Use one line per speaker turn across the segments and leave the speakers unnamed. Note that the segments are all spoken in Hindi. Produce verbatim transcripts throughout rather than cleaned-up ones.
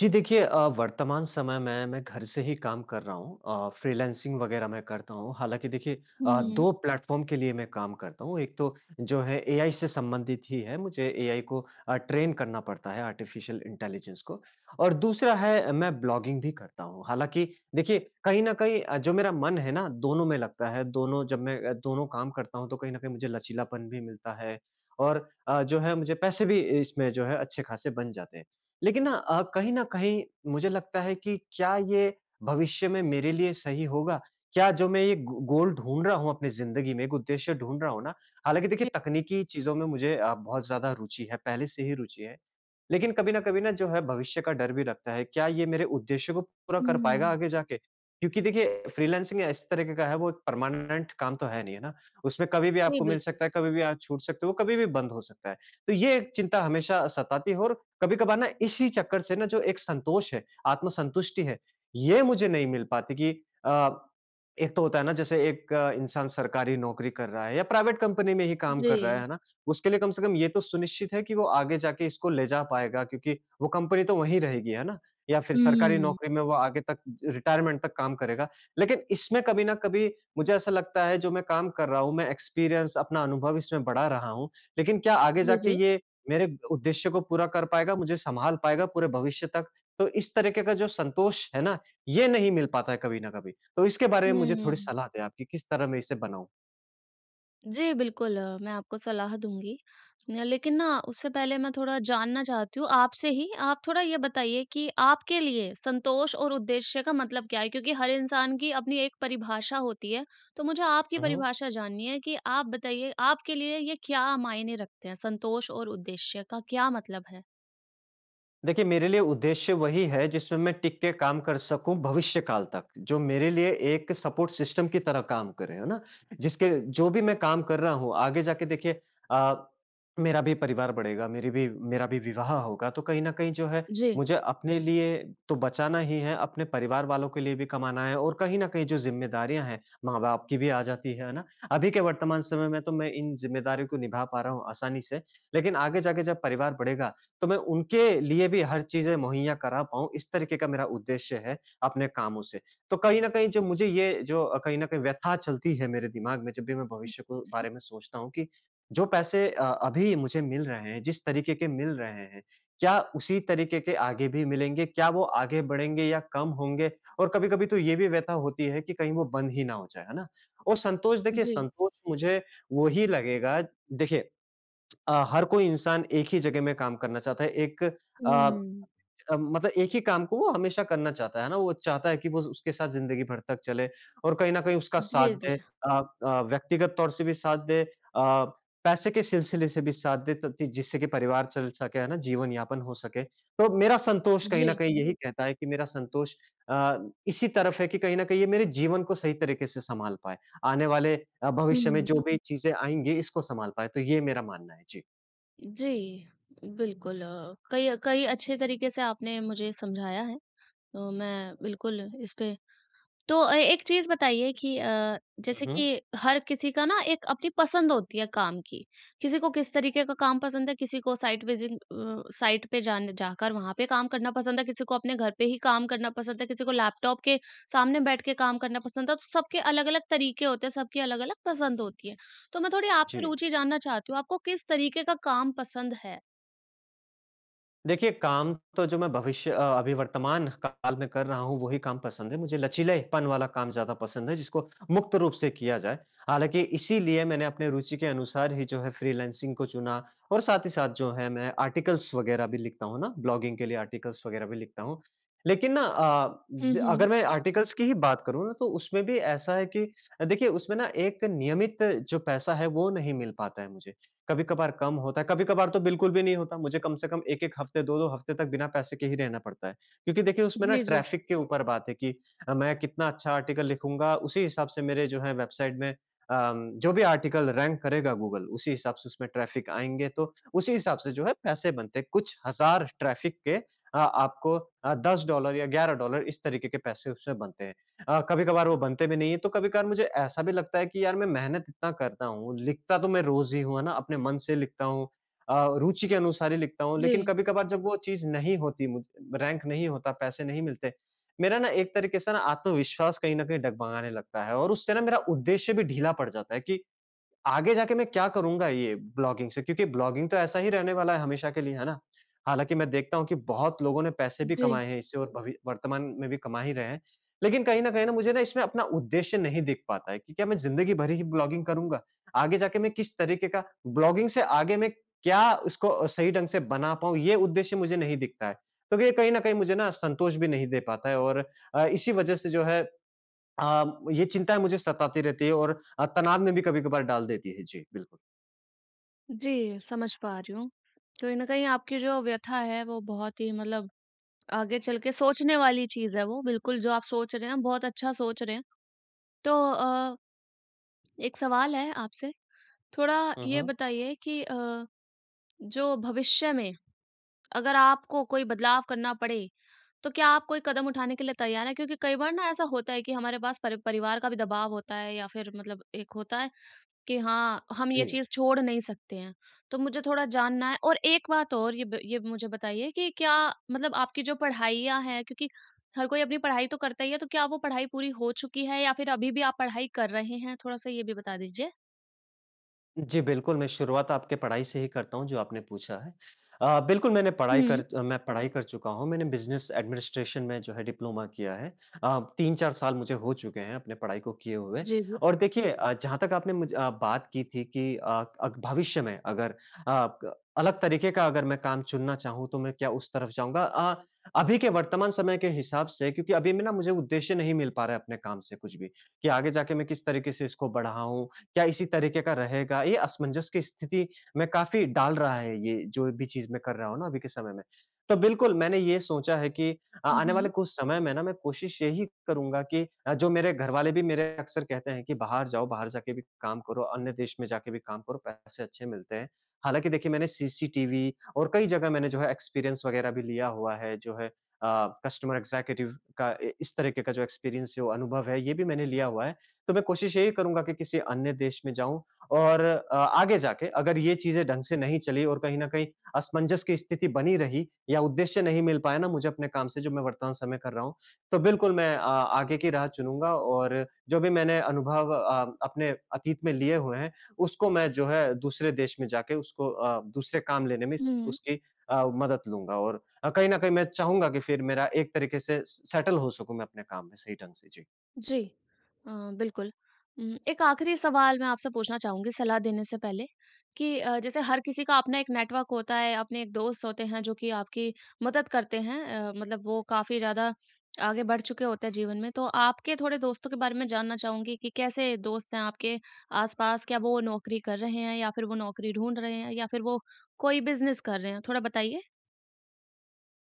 जी देखिए, अ, वर्तमान समय में मैं घर से ही काम कर रहा हूँ, अ, फ्रीलांसिंग वगैरह मैं करता हूँ। हालाँकि देखिए, अ,
हुँ।
दो प्लेटफ़ॉर्म के लिए मैं काम करता हूँ। एक तो जो है एआई से संबंधित ही है, मुझे एआई को अ, ट्रेन करना पड़ता है आर्टिफ़िशियल इंटेलिजेंस को। और दूसरा है, अ, मैं ब्लॉगिंग भी करता हूँ। हालाँकि देखिए कहीं न कहीं, अ, जो मेरा मन है ना दोनों में लगता है, दोनों जब मैं अ, दोनों काम करता हूँ तो कहीं न कहीं मुझे लचीलापन भी मिलता है और अ, जो है मुझे पैसे भी इसमें जो है अच्छे-खासे बन जाते हैं। लेकिन ना, अ, कहीं न कहीं मुझे लगता है कि क्या ये भविष्य में मेरे लिए सही होगा? क्या जो मैं ये गो गोल ढूँढ रहा हूँ अपनी ज़िंदगी में, एक उद्देश्य ढूँढ रहा हूँ ना। हालाँकि देखिए
जी।
तकनीकी चीज़ों में मुझे अ, बहुत ज़्यादा रुचि है, पहले से ही रुचि है। लेकिन कभी न कभी ना जो है भविष्य का डर भी लगता है, क्या ये मेरे उद्देश्य को पूरा कर पाएगा
हुँ।
आगे जाके? क्योंकि देखिए फ्रीलांसिंग इस तरीके का है, वो एक परमानेंट काम तो है नहीं, है ना? उसमें कभी भी
जी,
आपको मिल
बिल्कुल।
सकता है, कभी भी आप छूट सकते हो, कभी भी बंद हो सकता है। तो ये एक चिंता हमेशा सताती है। और कभी-कभार ना इसी चक्कर से ना जो एक संतोष है, आत्मसंतुष्टि है, ये मुझे नहीं मिल पाती कि अ, एक तो होता है ना जैसे एक अ, इंसान सरकारी नौकरी कर रहा है या प्राइवेट कंपनी में ही काम कर रहा है,
जी।
है ना? उसके लिए कम से कम ये तो सुनिश्चित है कि वो आगे जाके इसको ले जा पाएगा, क्योंकि वो कंपनी तो वहीं रहेगी, है ना? या फिर सरकारी
हुँ।
नौकरी में वो आगे तक रिटायरमेंट तक काम करेगा। लेकिन इसमें कभी ना कभी मुझे ऐसा लगता है जो मैं काम कर रहा हूँ, मैं एक्सपीरियंस अपना अनुभव इसमें बढ़ा रहा हूँ, लेकिन क्या आगे
जी,
जाके
जी।
ये मेरे उद्देश्य को पूरा कर पाएगा, मुझे सँभाल पाएगा पूरे भविष्य तक। तो इस तरीके का जो संतोष है ना, ये नहीं मिल पाता है कभी न कभी। तो इसके बारे में मुझे
हुँ।
थोड़ी सलाह दें आप कि किस तरह मैं इसे बनाऊँ?
जी, बिल्कुल मैं आपको सलाह दूँगी। न लेकिन ना उससे पहले मैं थोड़ा जानना चाहती हूँ आपसे ही, आप थोड़ा ये बताइए कि आपके लिए संतोष और उद्देश्य का मतलब क्या है? क्योंकि हर इंसान की अपनी एक परिभाषा होती है, तो मुझे आपकी
हुँ, हुँ।
परिभाषा जाननी है कि आप बताइए आपके लिए ये क्या मायने रखते हैं? संतोष और उद्देश्य का क्या मतलब है?
देखिए, मेरे लिए उद्देश्य वही है जिसमें मैं टिक के काम कर सकूँ भविष्य काल तक, जो मेरे लिए एक सपोर्ट सिस्टम की तरह काम करे, है ना? जिसके जो भी मैं काम कर रहा हूँ, आगे जाके देखिए, अ, मेरा भी परिवार बढ़ेगा, मेरी भी मेरा भी विवाह होगा, तो कहीं न कहीं जो है
जी।
मुझे अपने लिए तो बचाना ही है, अपने परिवार वालों के लिए भी कमाना है और कहीं न कहीं जो ज़िम्मेदारियाँ हैं, माँ-बाप की भी आ जाती है, है ना? अभी के वर्तमान समय में तो मैं इन ज़िम्मेदारियों को निभा पा रहा हूँ आसानी से, लेकिन आगे जाके जब परिवार बढ़ेगा, तो मैं उनके लिए भी हर चीज़ें मुहैया करा पाऊँ, इस तरीके का मेरा उद्देश्य है अपने कामों से। तो कहीं न कहीं जो मुझे ये जो, अ, कहीं न कहीं व्यथा चलती है मेरे दिमाग में जब भी मैं भविष्य को बारे में सोचता हूँ कि जो पैसे, अ, अभी मुझे मिल रहे हैं, जिस तरीके के मिल रहे हैं, क्या उसी तरीके के आगे भी मिलेंगे? क्या वो आगे बढ़ेंगे या कम होंगे? और कभी-कभी तो ये भी व्यथा होती है कि कहीं वो बंद ही ना हो जाए, है ना? और संतोष, देखिए
जी।
संतोष मुझे वो ही लगेगा। देखिए अ, हर कोई इंसान एक ही जगह में काम करना चाहता है। एक अ
हुँ।
अ, मतलब एक ही काम को वो हमेशा करना चाहता है ना, वो चाहता है कि वो उसके साथ ज़िंदगी भर तक चले और कहीं न कहीं उसका
जी,
साथ
जी।
दे, अ अ, व्यक्तिगत तौर से भी साथ दे, अ, पैसे के सिलसिले से भी साथ दे त जिससे कि परिवार चल सके, है ना, जीवन-यापन हो सके। तो मेरा संतोष कहीं न
जी।
कहीं यही कहता है कि मेरा संतोष अ, इसी तरफ है कि कहीं न कहीं ये मेरे जीवन को सही तरीके से सँभाल पाए। आने वाले अ, भविष्य में
हुँ।
जो भी चीज़ें आएँगी इसको सँभाल पाए, तो ये मेरा मानना है। जी।
जी, बिल्कुल, अ, कई कई अच्छे तरीके से आपने मुझे समझाया है। तो मैं बिल्कुल इस पे तो अ, एक चीज़ बताइए कि अ,
हुँ,
जैसे कि
हुँ।
हर किसी का ना एक अपनी पसंद होती है काम की। किसी को किस तरीके का काम पसंद है, किसी को साइट विज़िट अ, साइट पे जाने जाकर वहाँ पे काम करना पसंद है, किसी को अपने घर पे ही काम करना पसंद है, किसी को लैपटॉप के सामने बैठ के काम करना पसंद है। तो सबके अलग-अलग तरीके होते हैं, सबकी अलग-अलग पसंद होती है। तो मैं थोड़ी आपकी
जी।
रुचि जानना चाहती हूँ, आपको किस तरीके का काम पसंद है?
देखिए काम तो जो मैं भविष्य अ, अभी वर्तमान काल में कर रहा हूँ वही काम पसंद है। मुझे लचीलेपन वाला काम ज़्यादा पसंद है जिसको मुक्त रूप से किया जाए। हालाँकि इसीलिए मैंने अपने रुचि के अनुसार ही जो है फ्रीलांसिंग को चुना और साथ ही साथ जो है मैं आर्टिकल्स वग़ैरह भी लिखता हूँ ना, ब्लॉगिंग के लिए आर्टिकल्स वग़ैरह भी लिखता हूँ। लेकिन ना, अ,
हुँ,
द
हुँ।
अगर मैं आर्टिकल्स की ही बात करूँ ना तो उसमें भी ऐसा है कि देखिए उसमें ना एक नियमित जो पैसा है वो नहीं मिल पाता है मुझे। कभी-कभार कम होता है, कभी-कभार तो बिल्कुल भी नहीं होता। मुझे कम से कम एक-एक हफ्ते, दो-दो हफ्ते तक बिना पैसे के ही रहना पड़ता है। क्योंकि देखिए उसमें ना
जी, जी।
ट्रैफ़िक के ऊपर बात है कि अ, मैं कितना अच्छा आर्टिकल लिखूँगा, उसी हिसाब से मेरे जो है वेबसाइट में अम, जो भी आर्टिकल रैंक करेगा गूगल, उसी हिसाब से उसमें ट्रैफ़िक आएँगे, तो उसी हिसाब से जो है पैसे बनते हैं। कुछ हज़ार ट्रैफ़िक के अ, आपको अ, दस डॉलर या ग्यारह डॉलर इस तरीके के पैसे उसमें बनते हैं। अ, कभी-कभार वो बनते भी नहीं हैं, तो कभी-कभार मुझे ऐसा भी लगता है कि यार मैं मेहनत इतना करता हूँ, लिखता तो मैं रोज़ ही हूँ, है ना? अपने मन से लिखता हूँ, अ, रुचि के अनुसार ही लिखता हूँ, लेकिन
जी,
कभी-कभार जब वो चीज़ नहीं होती मुझ रैंक नहीं होता, पैसे नहीं मिलते, मेरा ना एक तरीके से ना आत्मविश्वास कहीं न कहीं डगमगाने लगता है और उससे ना मेरा उद्देश्य भी ढीला पड़ जाता है कि आगे जाके मैं क्या करूँगा ये ब्लॉगिंग से? क्योंकि ब्लॉगिंग तो ऐसा ही रहने वाला है हमेशा के लिए, है ना? हालाँकि मैं देखता हूँ कि बहुत लोगों ने पैसे भी
जी।
कमाए हैं इससे और भवि वर्तमान में भी कमा ही रहे हैं। लेकिन कहीं न कहीं ना मुझे ना इसमें अपना उद्देश्य नहीं दिख पाता है कि क्या मैं ज़िंदगी भर ही ब्लॉगिंग करूँगा? आगे जाके मैं किस तरीके का ब्लॉगिंग से आगे मैं क्या उसको अ, सही ढंग से बना पाऊँ ये उद्देश्य मुझे नहीं दिखता है। क्योंकि ये कहीं न कहीं मुझे ना संतोष भी नहीं दे पाता है और अ, इसी वज़ह से जो है अ, ये चिंताएँ मुझे सताती रहती है और अ, तनाव में भी कभी-कभार डाल देती है। जी, बिल्कुल।
जी, समझ पा रही हूँ। कहीं न कहीं आपकी जो व्यथा है वो बहुत ही मतलब आगे चल के सोचने वाली चीज़ है वो, बिल्कुल जो आप सोच रहे हैं बहुत अच्छा सोच रहे हैं। तो अ, एक सवाल है आपसे, थोड़ा
हुँ,
ये
हुँ।
बताइए कि अ, जो भविष्य में अगर आपको कोई बदलाव करना पड़े, तो क्या आप कोई कदम उठाने के लिए तैयार हैं? क्योंकि कई बार ना ऐसा होता है कि हमारे पास परि परिवार का भी दबाव होता है या फिर मतलब एक होता है कि हाँ, हम ये
जी।
चीज़ छोड़ नहीं सकते हैं। तो मुझे थोड़ा जानना है और एक बात और ये ब ये मुझे बताइए कि क्या मतलब आपकी जो पढ़ाइयाँ हैं क्योंकि हर कोई अपनी पढ़ाई तो करता ही है, तो क्या वो पढ़ाई पूरी हो चुकी है या फिर अभी भी आप पढ़ाई कर रहे हैं? थोड़ा-सा ये भी बता दीजिए?
जी, बिल्कुल, मैं शुरुआत आपके पढ़ाई से ही करता हूँ जो आपने पूछा है। अ, बिल्कुल मैंने पढ़ाई कर
हुँ।
अ, मैं पढ़ाई कर चुका हूँ, मैंने बिज़नेस एडमिनिस्ट्रेशन में जो है डिप्लोमा किया है। अ, तीन-चार साल मुझे हो चुके हैं अपने पढ़ाई को किए हुए।
जी, जी।
और देखिए, अ, जहाँ तक आपने मुझ अ, बात की थी कि अ, अग भविष्य में अगर, अ, क अलग तरीके का अगर मैं काम चुनना चाहूँ तो मैं क्या उस तरफ जाऊँगा? अ, अभी के वर्तमान समय के हिसाब से क्योंकि अभी में ना मुझे उद्देश्य नहीं मिल पा रहा है अपने काम से कुछ भी, कि आगे जाके मैं किस तरीके से इसको बढ़ाऊँ, क्या इसी तरीके का रहेगा? ये असमंजस की स्थिति में काफ़ी डाल रहा है ये, जो भी चीज़ मैं कर रहा हूँ ना अभी के समय में। तो बिल्कुल मैंने ये सोचा है कि अ,
हुँ,
आने वाले
हुँ।
कुछ समय में ना मैं कोशिश यही करूँगा कि अ, जो मेरे घरवाले भी मेरे अक्सर कहते हैं कि बाहर जाओ, बाहर जाके भी काम करो, अन्य देश में जाके भी काम करो, पैसे अच्छे मिलते हैं। हालाँकि देखिए मैंने सीसीटीवी और कई जगह मैंने जो है एक्सपीरियंस वग़ैरह भी लिया हुआ है, जो है अ, कस्टमर एग्ज़ेक्युटिव का इ इस तरीके का जो एक्सपीरियंस जो अनुभव है, ये भी मैंने लिया हुआ है। तो मैं कोशिश यही करूँगा कि किसी अन्य देश में जाऊँ और अ, आगे जाके अगर ये चीज़ें ढंग से नहीं चली और कहीं न कहीं असमंजस की स्थिति बनी रही या उद्देश्य नहीं मिल पाया ना मुझे अपने काम से जो मैं वर्तमान समय कर रहा हूँ, तो बिल्कुल मैं, अ, आगे की राह चुनूँगा और जो भी मैंने अनुभव, अ, अपने अतीत में लिए हुए हैं, उसको मैं जो है दूसरे देश में जाके उसको, अ, दूसरे काम लेने में स
हुँ।
उसकी अ, मदद लूँगा और अ, कहीं न कहीं मैं चाहूँगा कि फिर मेरा एक तरीके से स सेटल हो सकूँ मैं अपने काम में सही ढंग से। जी।
जी, अ, बिल्कुल। उम, एक आखिरी सवाल मैं आपसे पूछना चाहूँगी सलाह देने से पहले कि अ, जैसे हर किसी का अपना एक नेटवर्क होता है, अपने एक दोस्त होते हैं जो कि आपकी मदद करते हैं अ, मतलब वो काफ़ी ज़्यादा आगे बढ़ चुके होते हैं जीवन में। तो आपके थोड़े दोस्तों के बारे में जानना चाहूँगी कि कैसे दोस्त हैं आपके आस-पास? क्या वो नौकरी कर रहे हैं या फिर वो नौकरी ढूँढ रहे हैं या फिर वो कोई बिज़नेस कर रहे हैं? थोड़ा बताइए।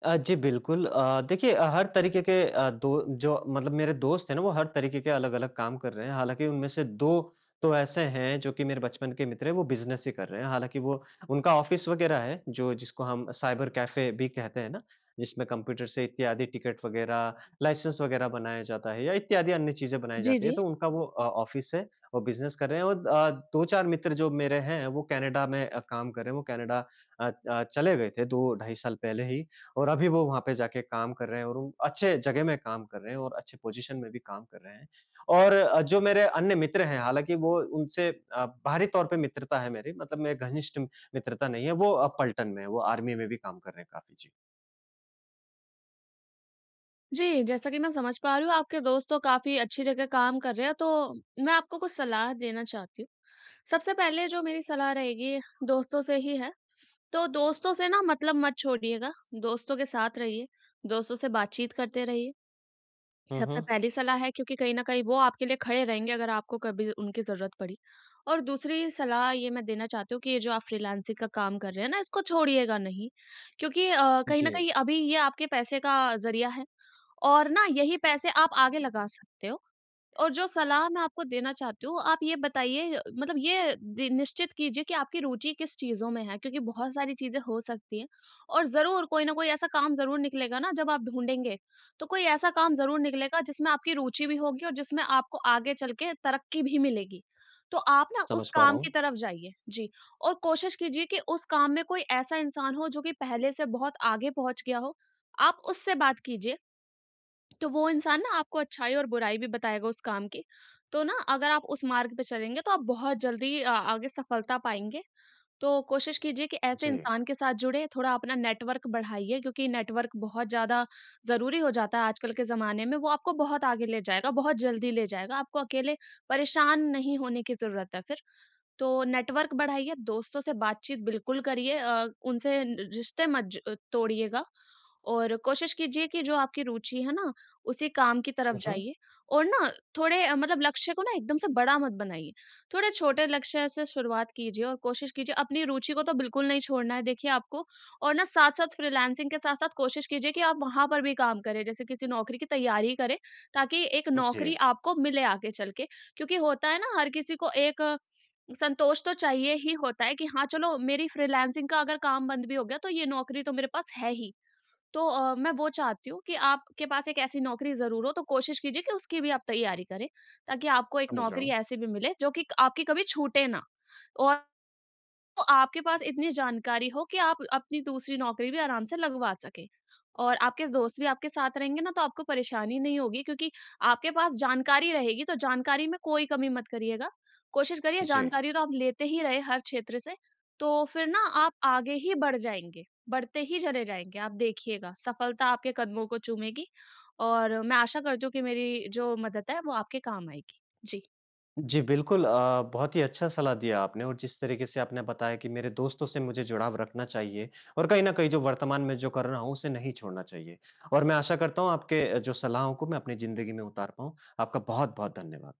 अ, जी बिल्कुल। अ, देखिए अ, हर तरीके के अ, दो जो मतलब मेरे दोस्त हैं ना वो हर तरीके के अलग-अलग काम कर रहे हैं। हालाँकि उनमें से दो तो ऐसे हैं जो कि मेरे बचपन के मित्र हैं, वो बिज़नेस ही कर रहे हैं। हालाँकि वो उनका ऑफ़िस वग़ैरह है जो जिसको हम साइबर कैफ़े भी कहते हैं ना, जिसमें कंप्यूटर से इत्यादि टिकट वग़ैरह, लाइसेंस वग़ैरह बनाया जाता है या इत्यादि अन्य चीज़ें बनाई
जी,
जाती है।
जी।
तो उनका वो, अ, ऑफ़िस है और बिज़नेस कर रहे हैं। और अ, दो-चार मित्र जो मेरे हैं वो कनाडा में अ, काम कर रहे हैं। वो कनाडा अ अ, चले गए थे दो ढाई साल पहले ही और अभी वो वहाँ पे जाके काम कर रहे हैं और वो अच्छे जगह में काम कर रहे हैं और अच्छे पोज़ीशन में भी काम कर रहे हैं। और अ, जो मेरे अन्य मित्र हैं, हालाँकि वो उनसे अ, बाहरी तौर पे मित्रता है मेरी, मतलब मैं घनिष्ठ मित्रता नहीं है, वो अ, पलटन में है, वो आर्मी में भी काम कर रहे हैं काफ़ी। जी।
जी, जैसा कि मैं समझ पा रही हूँ आपके दोस्त तो काफ़ी अच्छी जगह काम कर रहे हैं, तो मैं आपको कुछ सलाह देना चाहती हूँ। सबसे पहले जो मेरी सलाह रहेगी दोस्तों से ही है, तो दोस्तों से ना मतलब मत छोड़िएगा, दोस्तों के साथ रहिए, दोस्तों से बातचीत करते रहिए।
हुँ,
सबसे
हुँ।
पहली सलाह है क्योंकि कहीं न कहीं वो आपके लिए खड़े रहेंगे अगर आपको कभी उनकी ज़रूरत पड़ी। और दूसरी सलाह ये मैं देना चाहती हूँ कि ये जो आप फ्रीलांसिंग का काम कर रहे हैं ना इसको छोड़िएगा नहीं, क्योंकि अ, कहीं न
जी,
कहीं अभी ये आपके पैसे का ज़रिया है। और ना यही पैसे आप आगे लगा सकते हो। और जो सलाह मैं आपको देना चाहती हूँ, आप ये बताइए अ, मतलब ये दि निश्चित कीजिए कि आपकी रुचि किस चीज़ों में है क्योंकि बहुत सारी चीज़ें हो सकती हैं और ज़रूर कोई न कोई ऐसा काम ज़रूर निकलेगा ना जब आप ढूँढेंगे, तो कोई ऐसा काम ज़रूर निकलेगा जिसमें आपकी रुचि भी होगी और जिसमें आपको आगे चल के तरक्की भी मिलेगी। तो आप ना उस
समझ पा
काम
रहा
की
हूँ।
तरफ जाइए। जी, और कोशिश कीजिए कि उस काम में कोई ऐसा इंसान हो जो कि पहले से बहुत आगे पहुँच गया हो, आप उससे बात कीजिए। तो वो इंसान ना आपको अच्छाई और बुराई भी बताएगा उस काम की। तो ना अगर आप उस मार्ग पे चलेंगे तो आप बहुत जल्दी अ, आगे सफलता पाएँगे। तो कोशिश कीजिए कि ऐसे
जी।
इंसान के साथ जुड़े, थोड़ा अपना नेटवर्क बढ़ाइए क्योंकि नेटवर्क बहुत ज़्यादा ज़रूरी हो जाता है आजकल के ज़माने में। वो आपको बहुत आगे ले जाएगा, बहुत जल्दी ले जाएगा। आपको अकेले परेशान नहीं होने की ज़रूरत है फिर। तो नेटवर्क बढ़ाइए, दोस्तों से बातचीत बिल्कुल करिए, अ, उनसे न रिश्ते मत ज तोड़िएगा और कोशिश कीजिए कि जो आपकी रुचि है ना, उसी काम की तरफ
हुँ, हुँ।
जाइए और ना थोड़े अ, मतलब लक्ष्य को ना एकदम से बड़ा मत बनाइए। थोड़े छोटे लक्ष्य से शुरुआत कीजिए और कोशिश कीजिए अपनी रुचि को तो बिल्कुल नहीं छोड़ना है देखिए आपको और ना साथ-साथ फ्रीलांसिंग के साथ-साथ कोशिश कीजिए कि आप वहाँ पर भी काम करें, जैसे किसी नौकरी की तैयारी करें, ताकि एक नौकरी
जी,
आपको मिले आगे चल के क्योंकि होता है ना हर किसी को एक संतोष तो चाहिए ही होता है कि हाँ चलो मेरी फ्रीलांसिंग का अगर काम बंद भी हो गया तो ये नौकरी तो मेरे पास है ही। तो अ, मैं वो चाहती हूँ कि आपके पास एक ऐसी नौकरी ज़रूर हो तो कोशिश कीजिए कि उसकी भी आप तैयारी करें, ताकि आपको एक
समझ रहा
नौकरी
हूँ।
ऐसी भी मिले जो कि आपकी कभी छूटे ना और तो आपके पास इतनी जानकारी हो कि आप अपनी दूसरी नौकरी भी आराम से लगवा सकें। और आपके दोस्त भी आपके साथ रहेंगे ना तो आपको परेशानी नहीं होगी क्योंकि आपके पास जानकारी रहेगी तो जानकारी में कोई कमी मत करिएगा। कोशिश करिए
जी।
जानकारी तो आप लेते ही रहे हर क्षेत्र से, तो फिर ना आप आगे ही बढ़ जाएँगे, बढ़ते ही चले जाएँगे, आप देखिएगा। सफलता आपके कदमों को चूमेगी और मैं आशा करती हूँ कि मेरी जो मदद है वो आपके काम आएगी। जी।
जी, बिल्कुल, अ, बहुत ही अच्छा सलाह दिया आपने और जिस तरीके से आपने बताया कि मेरे दोस्तों से मुझे जुड़ाव रखना चाहिए और कहीं न कहीं जो वर्तमान में जो कर रहा हूँ, उसे नहीं छोड़ना चाहिए और मैं आशा करता हूँ आपके, अ, जो सलाहों को मैं अपनी ज़िंदगी में उतार पाऊँ। आपका बहुत-बहुत धन्यवाद।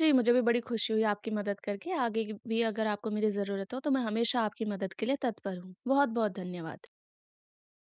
जी, मुझे भी बड़ी खुशी हुई आपकी मदद करके। आगे की भी अगर आपको मेरी ज़रूरत हो, तो मैं हमेशा आपकी मदद के लिए तत्पर हूँ। बहुत-बहुत धन्यवाद।